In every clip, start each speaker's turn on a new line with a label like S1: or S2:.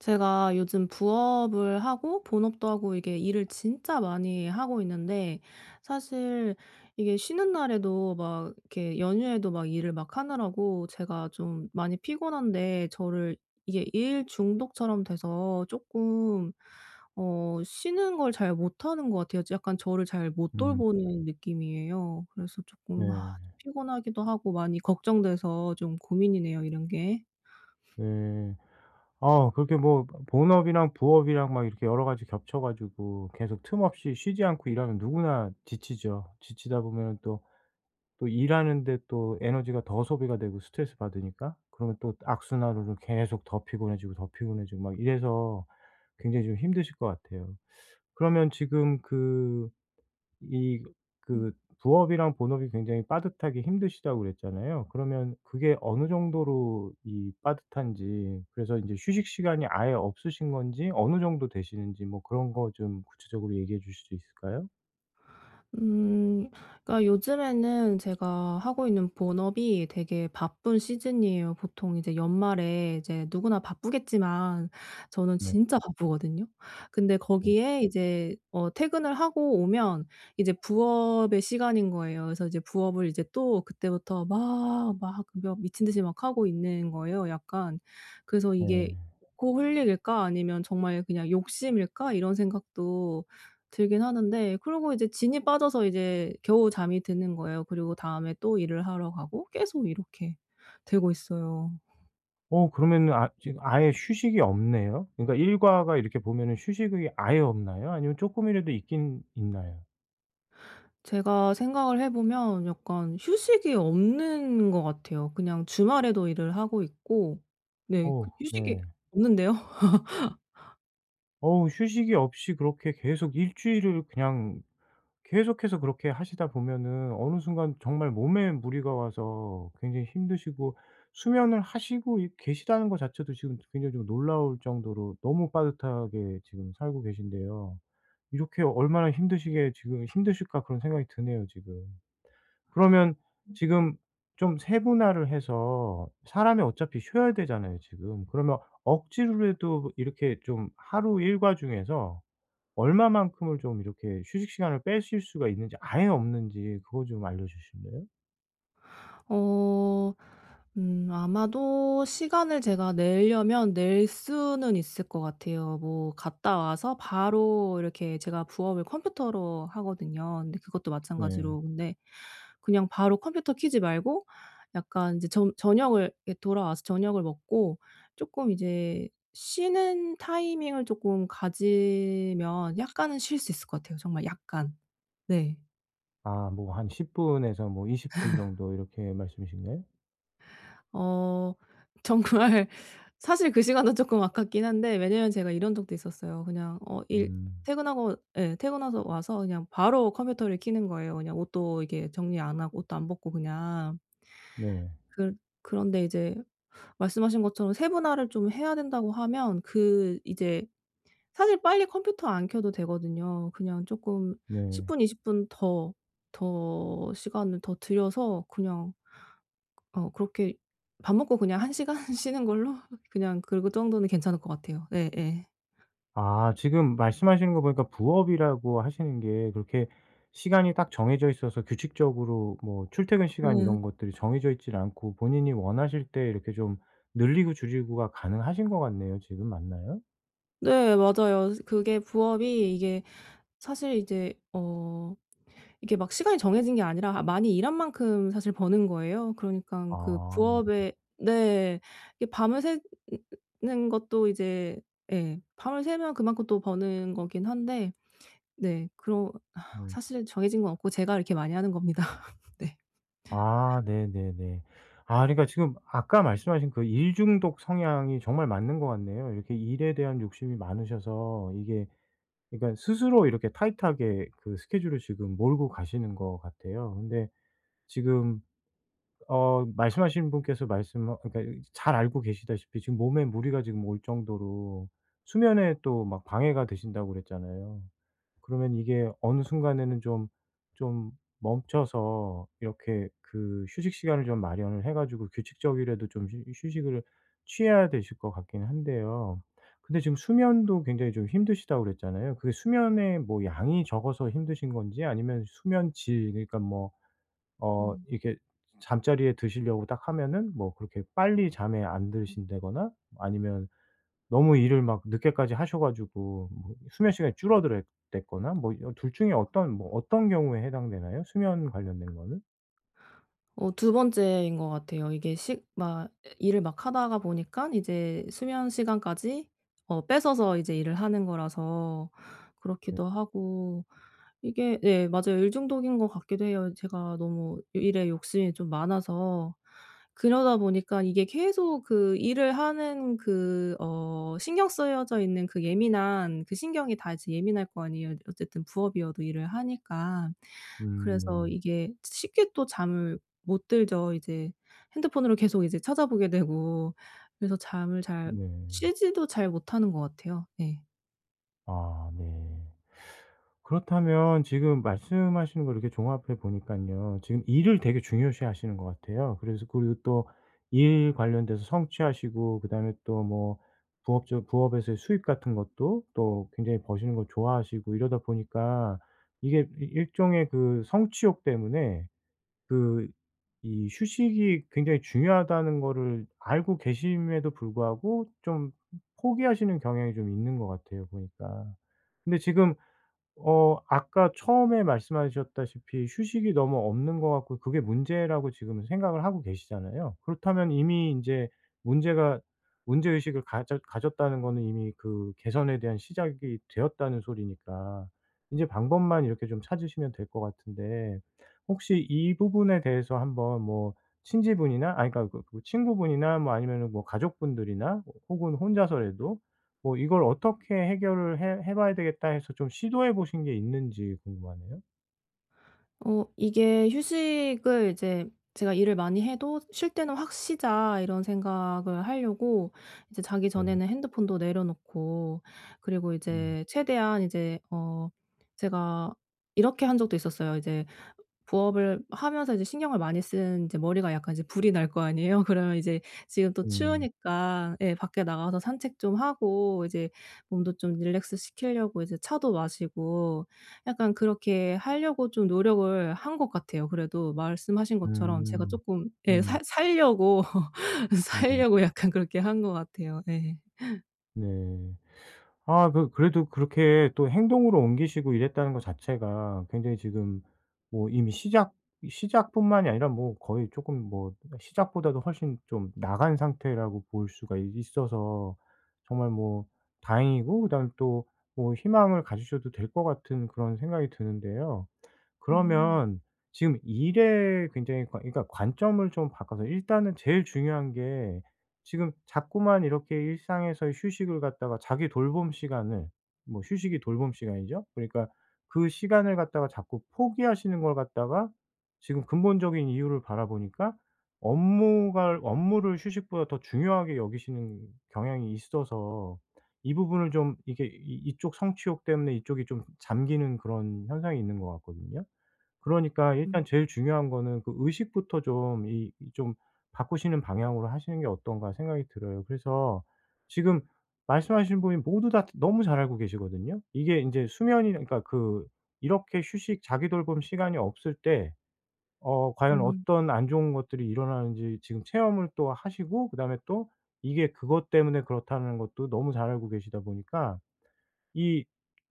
S1: 제가 요즘 부업을 하고 본업도 하고, 이게 일을 진짜 많이 하고 있는데 사실 이게 쉬는 날에도 막 이렇게 연휴에도 막 일을 막 하느라고 제가 좀 많이 피곤한데, 저를 이게 일 중독처럼 돼서 조금 쉬는 걸 잘 못하는 것 같아요. 약간 저를 잘 못
S2: 음.
S1: 돌보는 느낌이에요. 그래서 조금 좀
S2: 네.
S1: 피곤하기도 하고 많이 걱정돼서 좀 고민이네요, 이런 게.
S2: 네. 아 그렇게 뭐 본업이랑 부업이랑 막 이렇게 여러 가지 겹쳐 가지고 계속 틈 없이 쉬지 않고 일하면 누구나 지치죠. 지치다 보면은 또 일하는데 또 에너지가 더 소비가 되고 스트레스 받으니까 그러면 또 악순환으로 계속 더 피곤해지고 더 피곤해지고 막 이래서 굉장히 좀 힘드실 것 같아요. 그러면 지금 그 이 그 부업이랑 본업이 굉장히 빠듯하기 힘드시다고 그랬잖아요. 그러면 그게 어느 정도로 이 빠듯한지 그래서 인제 휴식 시간이 아예 없으신 건지 어느 정도 되시는지 뭐 그런 거 좀 구체적으로 얘기해 주실 수 있을까요?
S1: 음. 그러니까 요즘에는 제가 하고 있는 본업이 되게 바쁜 시즌이에요. 보통 이제 연말에 이제 누구나 바쁘겠지만 저는
S2: 네.
S1: 진짜 바쁘거든요. 근데
S2: 네.
S1: 거기에 이제 퇴근을 하고 오면 이제 부업의 시간인 거예요. 그래서 이제 부업을 이제 또 그때부터 막 미친 듯이 막 하고 있는 거예요 약간. 그래서 '이게
S2: 네.
S1: w o r 일까 아니면 정말 그냥 욕심일까?' 이런 생각도 들긴 하는데, 그러고 이제 진이 빠져서 이제 겨우 잠이 드는 거예요. 그리고 다음에 또 일을 하러 가고 계속 이렇게 되고 있어요.
S2: 그러면은 아 지금 아예 휴식이 없네요. 그러니까 일과가 이렇게 보면은 휴식이 아예 없나요? 아니면 쪼끔이라도 있긴 있나요?
S1: 제가 생각을 해 보면 약간 휴식이 없는 것 같아요. 그냥 주말에도 일을 하고 있고, 네, 그
S2: 어우
S1: 휴식이
S2: 네.
S1: 없는데요.
S2: 어우 휴식이 없이 그렇게 계속 일 주일을 그냥 계속해서 그렇게 하시다 보면은 어느 순간 정말 몸에 무리가 와서 굉장히 힘드시고 수면을 하시고 이 계시다는 것 자체도 지금 굉장히 좀 놀라울 정도로 너무 빠듯하게 지금 살고 계신데요. 이렇게 '얼마나 힘드시게 지금 힘드실까.' 그런 생각이 드네요 지금. 그러면 지금 좀 세분화를 해서 사람이 어차피 쉬어야 되잖아요 지금. 그러면 억지로라도 이렇게 좀 하루 일과 중에서 얼마만큼을 좀 이렇게 휴식 시간을 빼실 수가 있는지 아예 없는지 그거 좀 알려 주실래요?
S1: 어. 아마도 시간을 제가 내려면 낼 수는 있을 것 같아요. 뭐 갔다 와서 바로 이렇게 제가 부업을 컴퓨터로 하거든요. 근데 그것도
S2: 네.
S1: 마찬가지로, 근데 그냥 바로 컴퓨터 켜지 말고 약간 이제 점 저녁을 이렇게 돌아와서 저녁을 먹고 조금 이제 쉬는 타이밍을 조금 가지면 약간은 쉴 수 있을 것 같아요, 정말 약간. 네.
S2: 아 뭐 한 10 분에서 뭐 20분 정도 이렇게 말씀이신가요?
S1: 어 정말 사실 그 시간은 조금 아깝긴 한데, 왜냐면 제가 이런 적도 있었어요. 그냥 어 일
S2: 음.
S1: 퇴근하고, 예, 퇴근해서 와서 그냥 바로 컴퓨터를 켜는 거예요. 그냥 옷도 이게 정리 안 하고 옷도 안 벗고 그냥.
S2: 네.
S1: 그 그런데 이제 말씀하신 것처럼 세분화를 좀 해야 된다고 하면, 그 이제 사실 빨리 컴퓨터 안 켜도 되거든요. 그냥 조금 10
S2: 네.
S1: 분, 20분 더 시간을 더 들여서 그냥 그렇게 밥 먹고 그냥 1시간 쉬는 걸로, 그냥 그 정도는 괜찮을 것 같아요. 예예. 예.
S2: 아 지금 말씀하시는 거 보니까 부업이라고 하시는 게 그렇게 시간이 딱 정해져 있어서 규칙적으로 뭐 출퇴근 시간 이런
S1: 네,
S2: 것들이 정해져 있질 않고 본인이 원하실 때 이렇게 좀 늘리고 줄이고가 가능하신 것 같네요 지금 맞나요?
S1: 네, 맞아요. 그게 부업이 이게 사실 이제 이게 막 시간이 정해진 게 아니라, 많이 일한 만큼 사실 버는 거예요. 그러니깐 그
S2: 아
S1: 부업에, 네. 이게 밤을 새는 것도 이제, 예, 밤을 새면 그만큼 또 버는 거긴 한데, 네, 그런
S2: 네.
S1: 사실 정해진 건 없고 제가 이렇게 많이 하는 겁니다. 네.
S2: 아 네네네. 아 그러니까 지금 아까 말씀하신 그 일 중독 성향이 정말 맞는 것 같네요. 이렇게 일에 대한 욕심이 많으셔서 이게 그러니까 스스로 이렇게 타이트하게 그 스케줄을 지금 몰고 가시는 것 같아요. 근데 지금 말씀하신 분께서 말씀 어 그러니까 잘 알고 계시다시피 지금 몸에 무리가 지금 올 정도로 수면에 또 막 방해가 되신다고 그랬잖아요. 그러면 이게 어느 순간에는 좀 멈춰서 이렇게 그 휴식 시간을 좀 마련을 해 가지고 규칙적이라도 좀 휴 휴식을 취해야 되실 것 같긴 한데요. 근데 지금 수면도 굉장히 좀 힘드시다고 그랬잖아요. 그게 수면의 뭐 양이 적어서 힘드신 건지 아니면 수면 질 그러니까 뭐
S1: 음.
S2: 이렇게 잠자리에 드시려고 딱 하면은 뭐 그렇게 빨리 잠에 안 드신다거나 아니면 너무 일을 막 늦게까지 하셔가지고 뭐 수면 시간이 줄어들었 거나 뭐 둘 중에 어떤 경우에 해당되나요? 수면 관련된 거는?
S1: 두 번째인 것 같아요. 이게 식 막 일을 막 하다가 보니까 이제 수면 시간까지 뺏어서 이제 일을 하는 거라서
S2: 네.
S1: 그렇기도 하고 이게, 네, 맞아요. 일 중독인 것 같기도 해요. 제가 너무 일에 욕심이 좀 많아서 그러다 보니까 이게 계속 그 일을 하는 그 신경 쓰여져 있는 그 예민한 그 신경이 다 이제 예민할 거 아니에요. 어쨌든 부업이어도 일을 하니까. 그래서
S2: 음.
S1: 이게 쉽게 또 잠을 못 들죠. 이제 핸드폰으로 계속 이제 찾아보게 되고, 그래서 잠을 잘
S2: 네. 네.
S1: 쉬지도 잘 못하는 것 같아요. 네.
S2: 아 네. 그렇다면 지금 말씀하시는 걸 이렇게 종합해 보니까요 지금 일을 되게 중요시 하시는 것 같아요. 그래서 그리고 또 일 관련돼서 성취하시고 그다음에 또 뭐 부업적 부업에서의 수입 같은 것도 또 굉장히 버시는 걸 좋아하시고 이러다 보니까 이게 이 일종의 그 성취욕 때문에 그 이 휴식이 굉장히 중요하다는 거를 알고 계심에도 불구하고 좀 포기하시는 경향이 좀 있는 것 같아요 보니까. 근데 지금 아까 처음에 말씀하셨다시피 휴식이 너무 없는 것 같고 그게 문제라고 지금 생각을 하고 계시잖아요. 그렇다면 이미 인제 문제가 문제의식을 가졌다는 거는 이미 그 개선에 대한 시작이 되었다는 소리니까 인제 방법만 이렇게 좀 찾으시면 될 것 같은데 혹시 이 부분에 대해서 한번 뭐 친지분이나 아니 그러니까 그 친구분이나 뭐 아니면은 뭐 가족분들이나 혹은 혼자서라도 뭐 이걸 어떻게 해결을 해 봐야 되겠다 해서 좀 시도해 보신 게 있는지 궁금하네요.
S1: 이게 휴식을 이제 제가 일을 많이 해도 '쉴 때는 확 쉬자.' 이런 생각을 하려고 이제 자기
S2: 네.
S1: 전에는 핸드폰도 내려놓고, 그리고
S2: 음.
S1: 이제 최대한 이제 제가 이렇게 한 적도 있었어요. 이제 부업을 하면서 이제 신경을 많이 쓴 이제 머리가 약간 이제 불이 날 거 아니에요. 그러면 이제 지금 또
S2: 음.
S1: 추우니까, 예, 밖에 나가서 산책 좀 하고, 이제 몸도 좀 릴렉스 시키려고 이제 차도 마시고, 약간 그렇게 하려고 좀 노력을 한 것 같아요. 그래도 말씀하신 것처럼 제가
S2: 음.
S1: 쪼끔, 예,
S2: 네.
S1: 살 살려고
S2: 네.
S1: 살려고 약간 그렇게 한 것 같아요. 예.
S2: 네. 아 그래도 그렇게 또 행동으로 옮기시고 이랬다는 것 자체가 굉장히 지금 뭐 이미 시작뿐만이 아니라 뭐 거의 조금 뭐 시작보다도 훨씬 좀 나간 상태라고 볼 수가 있어서 정말 뭐 다행이고 그다음에 또 뭐 희망을 가지셔도 될 것 같은 그런 생각이 드는데요.
S1: 음.
S2: 그러면 지금 일에 굉장히 관 그러니까 관점을 좀 바꿔서 일단은 제일 중요한 게 지금 자꾸만 이렇게 일상에서의 휴식을 갖다가 자기 돌봄 시간을 뭐 휴식이 돌봄 시간이죠. 그러니까 그 시간을 갖다가 자꾸 포기하시는 걸 갖다가 지금 근본적인 이유를 바라보니까 업무가 업무를 휴식보다 더 중요하게 여기시는 경향이 있어서 이 부분을 좀 이게 이 이쪽 성취욕 때문에 이쪽이 좀 잠기는 그런 현상이 있는 것 같거든요. 그러니까
S1: 음.
S2: 일단 제일 중요한 거는 그 의식부터 좀 이 이 좀 바꾸시는 방향으로 하시는 게 어떤가 생각이 들어요. 그래서 지금 말씀하신 분이 모두 다 너무 잘 알고 계시거든요. 이게 인제 수면이 그러니까 그 이렇게 휴식 자기 돌봄 시간이 없을 때 과연
S1: 음.
S2: 어떤 안 좋은 것들이 일어나는지 지금 체험을 또 하시고 그다음에 또 이게 그것 때문에 그렇다는 것도 너무 잘 알고 계시다 보니까 이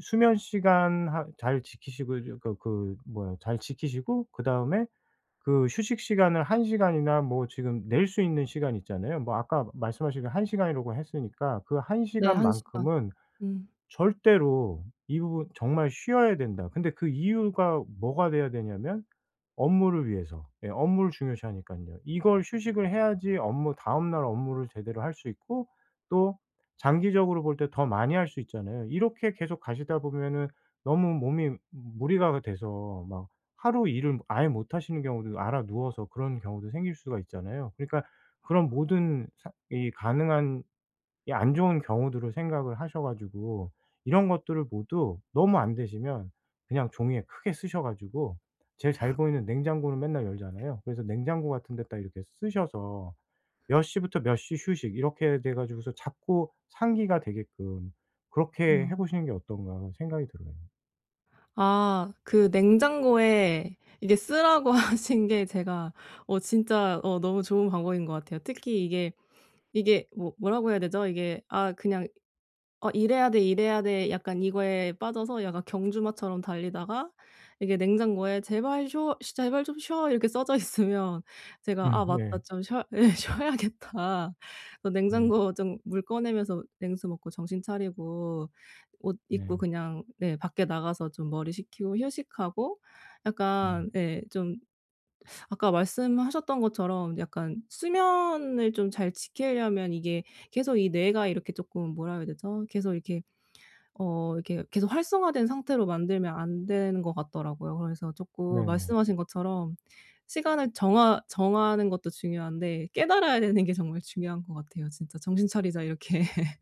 S2: 수면 시간 하 잘 지키시고 이제 그 뭐야 잘 지키시고 그다음에 그 휴식 시간을 1 시간이나 뭐 지금 낼 수 있는 시간 있잖아요. 뭐 아까 말씀하신 그 한 시간이라고 했으니까 그 한
S1: 네, 1시간.
S2: 시간만큼은
S1: 음.
S2: 절대로 이 부분 정말 쉬어야 된다. 근데 그 이유가 뭐가 돼야 되냐면 업무를 위해서. 예 업무를 중요시하니깐요. 이걸 휴식을 해야지 업무 다음날 업무를 제대로 할 수 있고 또 장기적으로 볼 때 더 많이 할 수 있잖아요. 이렇게 계속 가시다 보면은 너무 몸이 무리가 돼서 막 하루 일을 아예 못 하시는 경우도 알아 누워서 그런 경우도 생길 수가 있잖아요. 그러니까 그런 모든 사 이 가능한 이 안 좋은 경우들을 생각을 하셔 가지고 이런 것들을 모두 너무 안 되시면 그냥 종이에 크게 쓰셔 가지고 제일 잘 보이는 냉장고는 맨날 열잖아요. 그래서 냉장고 같은 데다 이렇게 쓰셔서 몇 시부터 몇 시 휴식 이렇게 돼 가지고서 자꾸 상기가 되게끔 그렇게 해
S1: 어.
S2: 보시는 게 어떤가 생각이 들어요.
S1: 아, 그 냉장고에 이게 쓰라고 하신 게 제가 진짜 너무 좋은 방법인 것 같아요. 특히 이게 뭐라고 해야 되죠? 이게, 아, 그냥 '이래야 돼, 이래야 돼.' 약간 이거에 빠져서 약간 경주마처럼 달리다가 이게 냉장고에 "제발 쉬어 제발 좀 쉬어." 이렇게 써져 있으면 제가 '아,
S2: 음.
S1: 맞다.
S2: 네.
S1: 좀 쉬어 예, 쉬어야겠다.' 그래서
S2: 네.
S1: 냉장고 좀 물 꺼내면서 냉수 먹고 정신 차리고 옷 입고
S2: 네.
S1: 그냥, 네, 밖에 나가서 좀 머리 식히고 휴식하고,
S2: 네.
S1: 약간, 예, 좀 아까 말씀하셨던 것처럼 약간 수면을 좀 잘 지키려면 이게 계속 이 뇌가 이렇게 쪼끔, 뭐라 그래야 되죠? 계속 이렇게 계속 활성화된 상태로 만들면 안 되는 것 같더라고요. 그래서 쪼끔
S2: 네네.
S1: 말씀하신 것처럼 시간을 정하는 것도 중요한데, 깨달아야 되는 게 정말 중요한 것 같아요. 진짜 '정신 차리자.' 이렇게.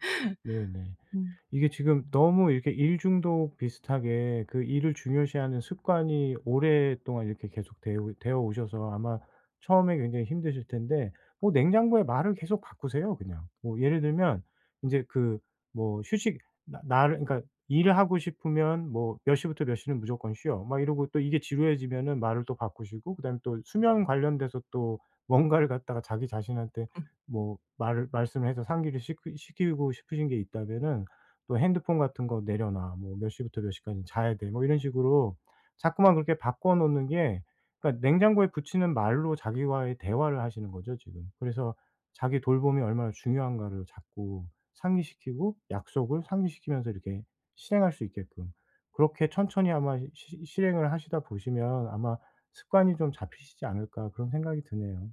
S2: 네네.
S1: 음.
S2: 이게 지금 너무 이렇게 일 중독 비슷하게 그 일을 중요시하는 습관이 오랫동안 이렇게 계속 되어 오셔서 아마 처음에 굉장히 힘드실 텐데 뭐 냉장고에 말을 계속 바꾸세요 그냥. 뭐 예를 들면 인제 그 뭐 휴식 나 나를 그러니까 일을 하고 싶으면 뭐 "몇 시부터 몇 시는 무조건 쉬어." 막 이러고 또 이게 지루해지면은 말을 또 바꾸시고 그다음에 또 수면 관련돼서 또 뭔가를 갖다가 자기 자신한테
S1: 음.
S2: 뭐 말을 말씀을 해서 상기를 시키고 싶으신 게 있다면은 또 "핸드폰 같은 거 내려놔. 뭐 몇 시부터 몇 시까지 자야 돼." 뭐 이런 식으로 자꾸만 그렇게 바꿔 놓는 게 그러니까 냉장고에 붙이는 말로 자기와의 대화를 하시는 거죠 지금. 그래서 자기 돌봄이 얼마나 중요한가를 자꾸 상기시키고 약속을 상기시키면서 이렇게 실행할 수 있게끔 그렇게 천천히 아마 시 실행을 하시다 보시면 아마 '습관이 좀 잡히시지 않을까.' 그런 생각이 드네요.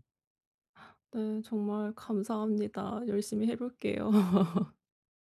S1: 네. 정말 감사합니다. 열심히 해 볼게요.